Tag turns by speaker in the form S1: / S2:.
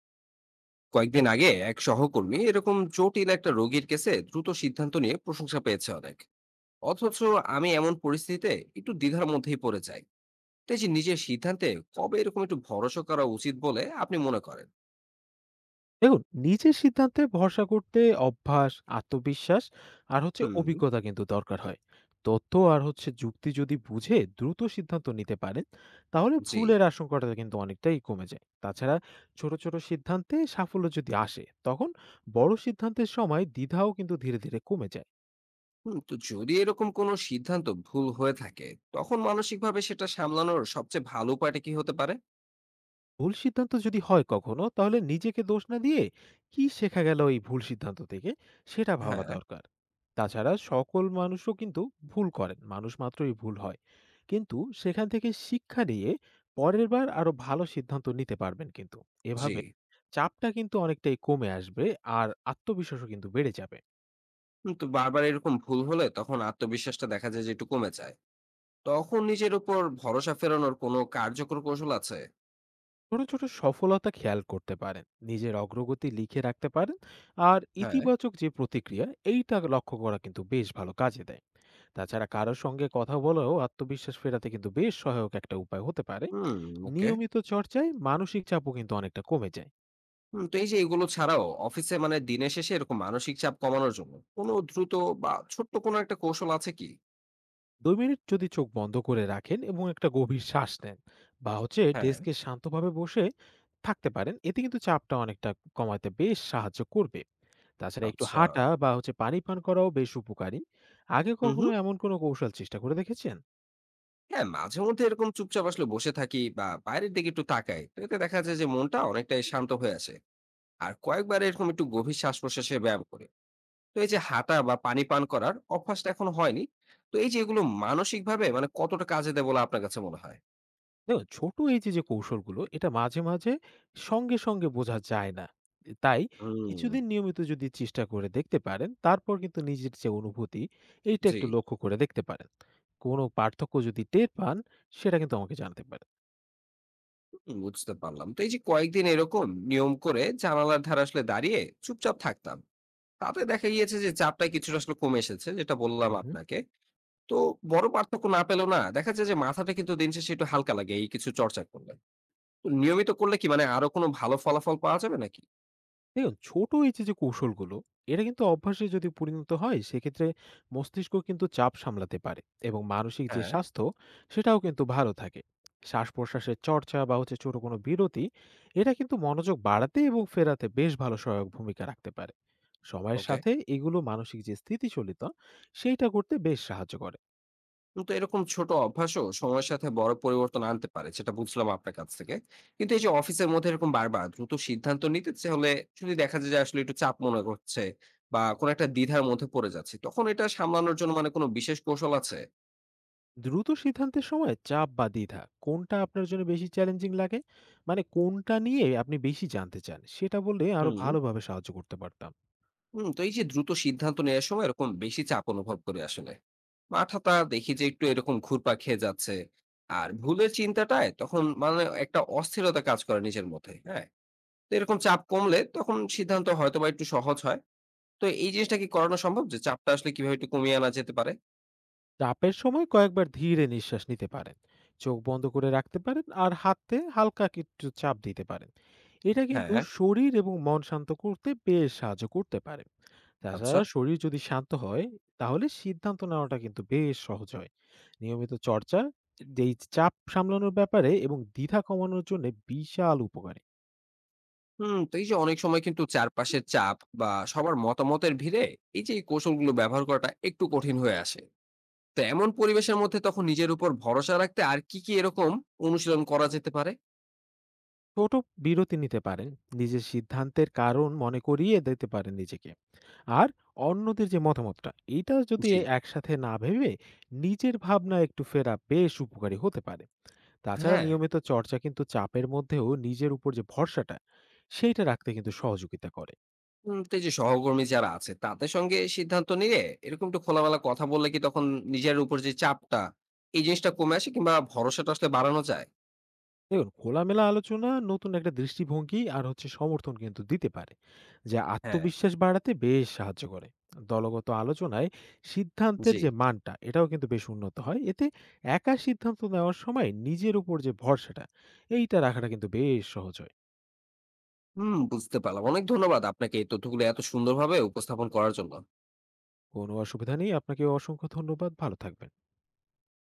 S1: কয়েকদিন আগে এক সহকর্মী এরকম জটিল একটা রোগীর কেসে দ্রুত সিদ্ধান্ত নিয়ে প্রশংসা পেয়েছে অনেক। অথচ আমি এমন পরিস্থিতিতে একটু দ্বিধার মধ্যেই পড়ে যাই। তাই যে নিজের সিদ্ধান্তে কবে এরকম একটু ভরসা করা উচিত বলে আপনি মনে করেন?
S2: দেখুন, নিজের সিদ্ধান্তে ভরসা করতে অভ্যাস, আত্মবিশ্বাস আর হচ্ছে
S1: হুম।
S2: অভিজ্ঞতা কিন্তু দরকার হয়। তথ্য আর হচ্ছে যুক্তি যদি বুঝে দ্রুত সিদ্ধান্ত নিতে পারেন, তাহলে
S1: জি।
S2: ভুলের আশঙ্কাটা কিন্তু অনেকটাই কমে যায়। তাছাড়া ছোট, ছোট সিদ্ধান্তে সাফল্য যদি আসে, তখন বড় সিদ্ধান্তের সময় দ্বিধাও কিন্তু ধীরে, ধীরে কমে যায়।
S1: হুম, তো যদি এরকম কোনো সিদ্ধান্ত ভুল হয়ে থাকে তখন মানসিকভাবে সেটা সামলানোর সবচেয়ে ভালো উপায়টা কি হতে পারে?
S2: ভুল সিদ্ধান্ত যদি হয় কখনো, তাহলে নিজেকে দোষ না দিয়ে কি শেখা গেল এই ভুল সিদ্ধান্ত থেকে সেটা ভাবা
S1: হ্যাঁ।
S2: দরকার। তাছাড়া সকল মানুষও কিন্তু ভুল করেন, মানুষ মাত্রই ভুল হয়, কিন্তু সেখান থেকে শিক্ষা নিয়ে পরের বার আরো ভালো সিদ্ধান্ত নিতে পারবেন। কিন্তু
S1: জি।
S2: এভাবে চাপটা কিন্তু অনেকটাই কমে আসবে, আর আত্মবিশ্বাসও কিন্তু বেড়ে যাবে।
S1: হুম, তো বারবার এরকম ভুল হলে তখন আত্মবিশ্বাসটা দেখা যায় যে একটু কমে যায়। তখন নিজের উপর ভরসা ফেরানোর কোনো কার্যকর কৌশল আছে?
S2: ছোট ছোট সফলতা খেয়াল করতে পারেন, নিজের অগ্রগতি লিখে রাখতে পারেন, আর
S1: হ্যাঁ।
S2: ইতিবাচক যে প্রতিক্রিয়া, এইটা লক্ষ্য করা কিন্তু বেশ ভালো কাজে দেয়। তাছাড়া কারোর সঙ্গে কথা বলেও আত্মবিশ্বাস ফেরাতে কিন্তু বেশ সহায়ক একটা উপায় হতে পারে।
S1: হুম, ওকে।
S2: নিয়মিত চর্চায় মানসিক চাপও কিন্তু অনেকটা কমে যায়।
S1: হুম, তো এই যে এগুলো ছাড়াও অফিসে মানে দিনের শেষে এরকম মানসিক চাপ কমানোর জন্য কোনো দ্রুত বা ছোট্ট কোনো একটা কৌশল আছে কি?
S2: 2 মিনিট যদি চোখ বন্ধ করে রাখেন এবং একটা গভীর শ্বাস নেন, বা হচ্ছে
S1: হ্যাঁ,
S2: ডেস্কে শান্তভাবে বসে থাকতে পারেন, এতে কিন্তু চাপটা অনেকটা কমাতে বেশ সাহায্য করবে। তাছাড়া একটু
S1: আচ্ছা।
S2: হাঁটা বা হচ্ছে পানি পান করাও বেশ উপকারী। আগে
S1: হুম,
S2: কখনো
S1: হুম।
S2: এমন কোনো কৌশল চেষ্টা করে দেখেছেন?
S1: হ্যাঁ, মাঝে মধ্যে এরকম চুপচাপ আসলে বসে থাকি বা বাইরের দিকে একটু তাকাই। তো এতে দেখা যায় যে মনটা অনেকটাই শান্ত হয়ে আসে। আর কয়েকবার এরকম একটু গভীর শ্বাস-প্রশ্বাসের ব্যায়াম করি। তো এই যে হাঁটা বা পানি পান করার অভ্যাসটা এখনো হয়নি। তো এই যে এগুলো মানসিকভাবে মানে কতটা কাজে দেয় বলে আপনার কাছে মনে হয়?
S2: দেখুন, ছোট এই যে, কৌশলগুলো, এটা মাঝে, মাঝে সঙ্গে, সঙ্গে বোঝা যায় না। তাই
S1: হুম,
S2: কিছুদিন নিয়মিত যদি চেষ্টা করে দেখতে পারেন, তারপর কিন্তু নিজের যে, অনুভূতি, এইটা
S1: জি।
S2: একটু লক্ষ্য করে দেখতে পারেন। কোনো পার্থক্য যদি টের পান, সেটা কিন্তু আমাকে জানাতে পারেন।
S1: হুম, বুঝতে পারলাম। তো এই যে কয়েকদিন এরকম নিয়ম করে জানালার ধারে আসলে দাঁড়িয়ে চুপচাপ থাকতাম, তাতে দেখা গিয়েছে যে চাপটা কিছুটা আসলে কমে এসেছে, যেটা বললাম
S2: হুম।
S1: আপনাকে। তো বড় পার্থক্য না পেলেও না দেখা যায় যে মাথাটা কিন্তু দিন শেষে একটু হালকা লাগে এই কিছু চর্চা করলে। তো নিয়মিত করলে কি মানে আরো কোনো ভালো ফলাফল পাওয়া যাবে নাকি?
S2: দেখুন, ছোট এই যে, কৌশলগুলো, এটা কিন্তু অভ্যাসে যদি পরিণত হয়, সেক্ষেত্রে মস্তিষ্ক কিন্তু চাপ সামলাতে পারে, এবং মানসিক যে,
S1: হ্যাঁ।
S2: স্বাস্থ্য, সেটাও কিন্তু ভালো থাকে। শ্বাস-প্রশ্বাসের চর্চা বা হচ্ছে ছোট কোনো বিরতি, এটা কিন্তু মনোযোগ বাড়াতে এবং ফেরাতে বেশ ভালো সহায়ক ভূমিকা রাখতে পারে। সময়ের
S1: ওকে।
S2: সাথে এগুলো মানসিক যে, স্থিতিশীলতা, সেইটা করতে বেশ সাহায্য করে।
S1: তো এরকম ছোট অভ্যাসও সময়ের সাথে বড় পরিবর্তন আনতে পারে, সেটা বুঝলাম আপনার কাছ থেকে। কিন্তু এই যে অফিসের মধ্যে এরকম বারবার দ্রুত সিদ্ধান্ত নিতে হলে, যদি দেখা যায় যে আসলে একটু চাপ মনে হচ্ছে বা কোনো একটা দ্বিধার মধ্যে পড়ে যাচ্ছে, তখন এটা সামলানোর জন্য মানে কোনো বিশেষ কৌশল আছে?
S2: দ্রুত সিদ্ধান্তের সময় চাপ বা দ্বিধা, কোনটা আপনার জন্য বেশি চ্যালেঞ্জিং লাগে? মানে কোনটা নিয়ে আপনি বেশি জানতে চান? সেটা বললে আরো
S1: হুম।
S2: ভালোভাবে সাহায্য করতে পারতাম।
S1: তো এই যে দ্রুত সিদ্ধান্ত নেওয়ার সময় এরকম বেশি চাপ অনুভব করি আসলে। মাথাটা দেখি যে একটু এরকম ঘুরপা খেয়ে যাচ্ছে আর ভুলের চিন্তাটায় তখন মানে একটা অস্থিরতা কাজ করে নিজের মধ্যে। হ্যাঁ, তো এরকম চাপ কমলে তখন সিদ্ধান্ত হয়তো বা একটু সহজ হয়। তো এই জিনিসটা কি করানো সম্ভব? যে চাপটা আসলে কিভাবে একটু কমিয়ে আনা যেতে পারে?
S2: চাপের সময় কয়েকবার ধীরে নিঃশ্বাস নিতে পারেন, চোখ বন্ধ করে রাখতে পারেন, আর হাতে হালকা কিছু চাপ দিতে পারেন। এটা কিন্তু
S1: হ্যাঁ,
S2: শরীর এবং মন শান্ত করতে বেশ সাহায্য করতে পারে।
S1: আচ্ছা।
S2: তাছাড়া শরীর যদি শান্ত হয়, তাহলে সিদ্ধান্ত নেওয়াটা কিন্তু বেশ সহজ হয়। নিয়মিত চর্চা, যেই চাপ সামলানোর ব্যাপারে এবং দ্বিধা কমানোর জন্য বিশাল উপকারী।
S1: হুম, তো এই যে অনেক সময় কিন্তু চারপাশের চাপ বা সবার মতামতের ভিড়ে এই যে এই কৌশলগুলো ব্যবহার করাটা একটু কঠিন হয়ে আসে। তো এমন পরিবেশের মধ্যে তখন নিজের উপর ভরসা রাখতে আর কি, কি এরকম অনুশীলন করা যেতে পারে?
S2: ছোট বিরতি নিতে পারেন, নিজের সিদ্ধান্তের কারণ মনে করিয়ে দিতে পারেন নিজেকে, আর অন্যদের যে মতামতটা, এটা যদি
S1: জি,
S2: একসাথে না ভেবে নিজের ভাবনা একটু ফেরা, বেশ উপকারী হতে পারে। তাছাড়া
S1: হ্যাঁ।
S2: নিয়মিত চর্চা কিন্তু চাপের মধ্যেও নিজের উপর যে ভরসাটা, সেইটা রাখতে কিন্তু সহযোগিতা করে।
S1: হুম, তো এই যে সহকর্মী যারা আছে তাদের সঙ্গে সিদ্ধান্ত নিয়ে এরকম একটু খোলামেলা কথা বললে কি তখন নিজের উপর যে চাপটা এই জিনিসটা কমে আসে কিংবা ভরসাটা আসলে বাড়ানো যায়?
S2: দেখুন, খোলামেলা আলোচনা নতুন একটা দৃষ্টিভঙ্গি আর হচ্ছে সমর্থন কিন্তু দিতে পারে, যা
S1: হ্যাঁ।
S2: আত্মবিশ্বাস বাড়াতে বেশ সাহায্য করে। দলগত আলোচনায় সিদ্ধান্তের
S1: জি।
S2: যে মানটা, এটাও কিন্তু বেশ উন্নত হয় এতে। একা সিদ্ধান্ত নেওয়ার সময় নিজের উপর যে ভরসাটা, এইটা রাখাটা কিন্তু বেশ সহজ হয়।
S1: হুম, বুঝতে পারলাম। অনেক ধন্যবাদ আপনাকে এই তথ্যগুলো এত সুন্দরভাবে উপস্থাপন করার জন্য।
S2: কোনো অসুবিধা নেই। আপনাকেও অসংখ্য ধন্যবাদ। ভালো থাকবেন।